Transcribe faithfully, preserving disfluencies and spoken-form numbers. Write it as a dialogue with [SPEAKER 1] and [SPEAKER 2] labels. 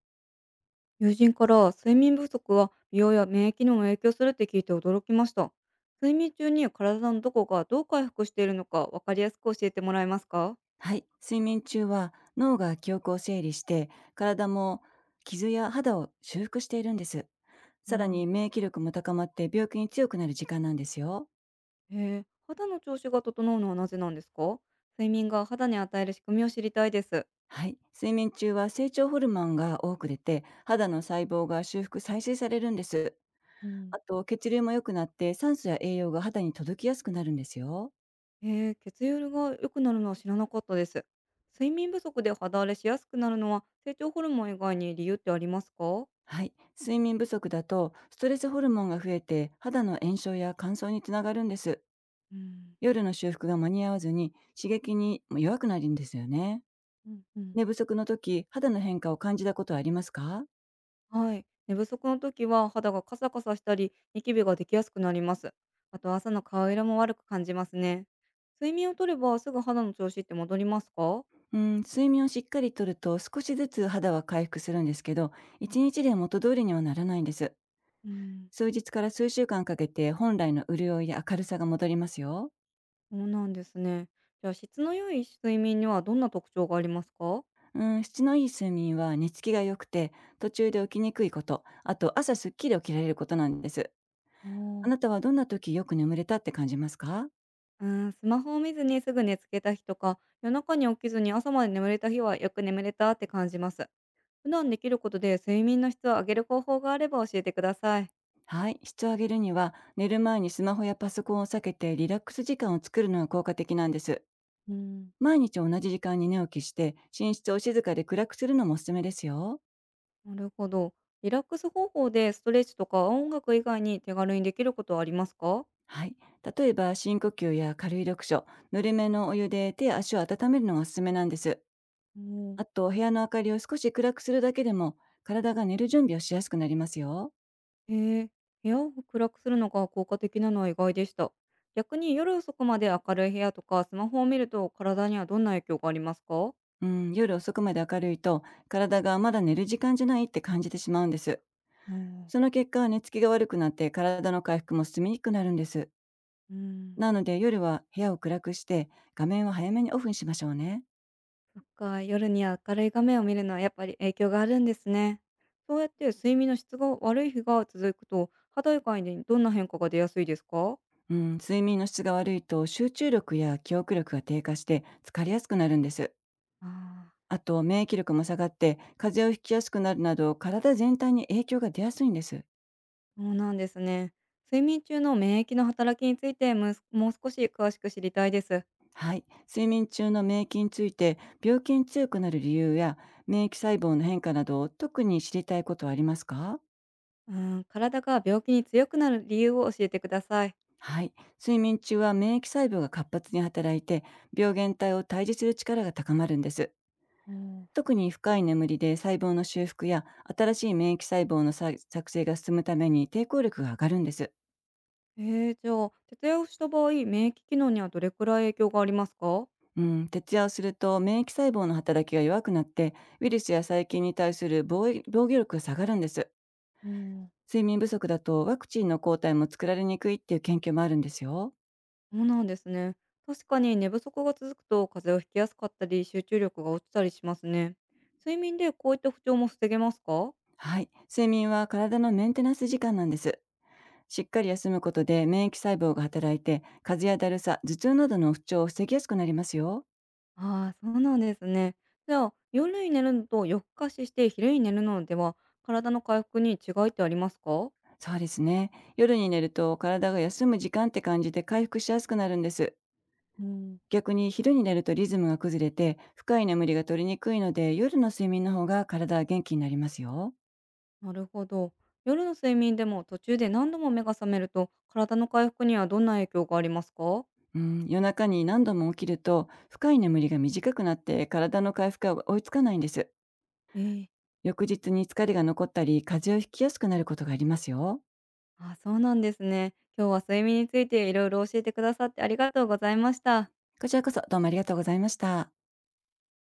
[SPEAKER 1] 友人から睡眠不足は美容や免疫にも影響するって聞いて驚きました。睡眠中に体のどこがどう回復しているのか分かりやすく教えてもらえますか？
[SPEAKER 2] はい、睡眠中は脳が記憶を整理して体も傷や肌を修復しているんです。
[SPEAKER 1] う
[SPEAKER 2] さら
[SPEAKER 1] ん。
[SPEAKER 2] に免疫力も高まって病気に強くなる時間なんですよ。
[SPEAKER 1] へえ、肌の調子が整うのはなぜなんですか？睡眠が肌に与える仕組みを知りたいです。
[SPEAKER 2] はい、睡眠中は成長ホルモンが多く出て肌の細胞が修復再生されるんです。
[SPEAKER 1] うん。
[SPEAKER 2] あと血流も良くなって酸素や栄養が肌に届きやすくなるんですよ。
[SPEAKER 1] へえ、血流が良くなるのは知らなかったです。睡眠不足で肌荒れしやすくなるのは成長ホルモン以外に理由ってありますか？
[SPEAKER 2] はい、睡眠不足だとストレスホルモンが増えて肌の炎症や乾燥につながるんです。
[SPEAKER 1] うん。
[SPEAKER 2] 夜の修復が間に合わずに刺激にも弱くなるんですよね。
[SPEAKER 1] うん。
[SPEAKER 2] 寝不足の時、肌の変化を感じたことはありますか？
[SPEAKER 1] はい。寝不足の時は肌がカサカサしたり、ニキビができやすくなります。あと朝の顔色も悪く感じますね。睡眠をとればすぐ肌の調子って戻りますか？
[SPEAKER 2] うん、睡眠をしっかりとると少しずつ肌は回復するんですけど、一日で元通りにはならないんです。
[SPEAKER 1] うん。
[SPEAKER 2] 数日から数週間かけて本来の潤いや明るさが戻りますよ。
[SPEAKER 1] そうなんですね。じゃあ質の良い睡眠にはどんな特徴がありますか？
[SPEAKER 2] うん、質のいい睡眠は寝つきが良くて、途中で起きにくいこと、あと朝すっきり起きられることなんです。
[SPEAKER 1] お
[SPEAKER 2] あ
[SPEAKER 1] ー。
[SPEAKER 2] なたはどんな時よく眠れたって感じますか？
[SPEAKER 1] うーん、スマホを見ずにすぐ寝つけた日とか、夜中に起きずに朝まで眠れた日はよく眠れたって感じます。普段できることで睡眠の質を上げる方法があれば教えてください。
[SPEAKER 2] はい、質を上げるには寝る前にスマホやパソコンを避けてリラックス時間を作るのが効果的なんです。
[SPEAKER 1] うん。
[SPEAKER 2] 毎日同じ時間に寝起きして寝室を静かで暗くするのもおすすめですよ。
[SPEAKER 1] なるほど。リラックス方法でストレッチとか音楽以外に手軽にできることはありますか？
[SPEAKER 2] はい、例えば深呼吸や軽い読書、ぬるめのお湯で手や足を温めるのがおすすめなんです。
[SPEAKER 1] うん。
[SPEAKER 2] あと部屋の明かりを少し暗くするだけでも体が寝る準備をしやすくなりますよ。
[SPEAKER 1] へえ、部屋を暗くするのが効果的なのは意外でした。逆に夜遅くまで明るい部屋とかスマホを見ると体にはどんな影響がありますか？
[SPEAKER 2] うん、夜遅くまで明るいと体がまだ寝る時間じゃないって感じてしまうんです。
[SPEAKER 1] うん。
[SPEAKER 2] その結果、寝つきが悪くなって体の回復も進みにくくなるんです。
[SPEAKER 1] うん。
[SPEAKER 2] なので夜は部屋を暗くして画面を早めにオフにしましょうね。
[SPEAKER 1] そっか、夜に明るい画面を見るのはやっぱり影響があるんですね。そうやって睡眠の質が悪い日が続くと、肌以外にどんな変化が出やすいですか？
[SPEAKER 2] うん、睡眠の質が悪いと集中力や記憶力が低下して疲れやすくなるんです。
[SPEAKER 1] あー。
[SPEAKER 2] あと免疫力も下がって風邪をひきやすくなるなど体全体に影響が出やすいんです。
[SPEAKER 1] そうなんですね。睡眠中の免疫の働きについてむすもう少し詳しく知りたいです。
[SPEAKER 2] はい、睡眠中の免疫について病気に強くなる理由や免疫細胞の変化などを特に知りたいことはありますか？
[SPEAKER 1] うん、体が病気に強くなる理由を教えてください。
[SPEAKER 2] はい。睡眠中は免疫細胞が活発に働いて、病原体を退治する力が高まるんです。
[SPEAKER 1] うん。
[SPEAKER 2] 特に深い眠りで細胞の修復や新しい免疫細胞のさ作成が進むために抵抗力が上がるんです。
[SPEAKER 1] えー、じゃあ、徹夜をした場合、免疫機能にはどれくらい影響がありますか？
[SPEAKER 2] うん、徹夜をすると免疫細胞の働きが弱くなってウイルスや細菌に対する防衛防御力が下がるんです。
[SPEAKER 1] そうん。
[SPEAKER 2] 睡眠不足だとワクチンの抗体も作られにくいっていう研究もあるんですよ。
[SPEAKER 1] そうなんですね。確かに寝不足が続くと風邪をひきやすかったり、集中力が落ちたりしますね。睡眠でこういった不調も防げますか？
[SPEAKER 2] はい、睡眠は体のメンテナンス時間なんです。しっかり休むことで免疫細胞が働いて、風邪やだるさ、頭痛などの不調を防ぎやすくなりますよ。
[SPEAKER 1] ああ、そうなんですね。じゃあ、夜に寝るのと夜更かしして昼に寝るのでは、体の回復に違いってありますか？
[SPEAKER 2] そうですね。夜に寝ると体が休む時間って感じて回復しやすくなるんです。
[SPEAKER 1] うん。
[SPEAKER 2] 逆に昼に寝るとリズムが崩れて深い眠りが取りにくいので夜の睡眠の方が体は元気になりますよ。
[SPEAKER 1] なるほど。夜の睡眠でも途中で何度も目が覚めると、体の回復にはどんな影響がありますか？
[SPEAKER 2] うん、夜中に何度も起きると深い眠りが短くなって体の回復が追いつかないんです。
[SPEAKER 1] ええ。
[SPEAKER 2] 翌日に疲れが残ったり風邪をひきやすくなることがありますよ。
[SPEAKER 1] ああ、そうなんですね。今日は睡眠についていろいろ教えてくださってありがとうございました。
[SPEAKER 2] こちらこそどうもありがとうございました。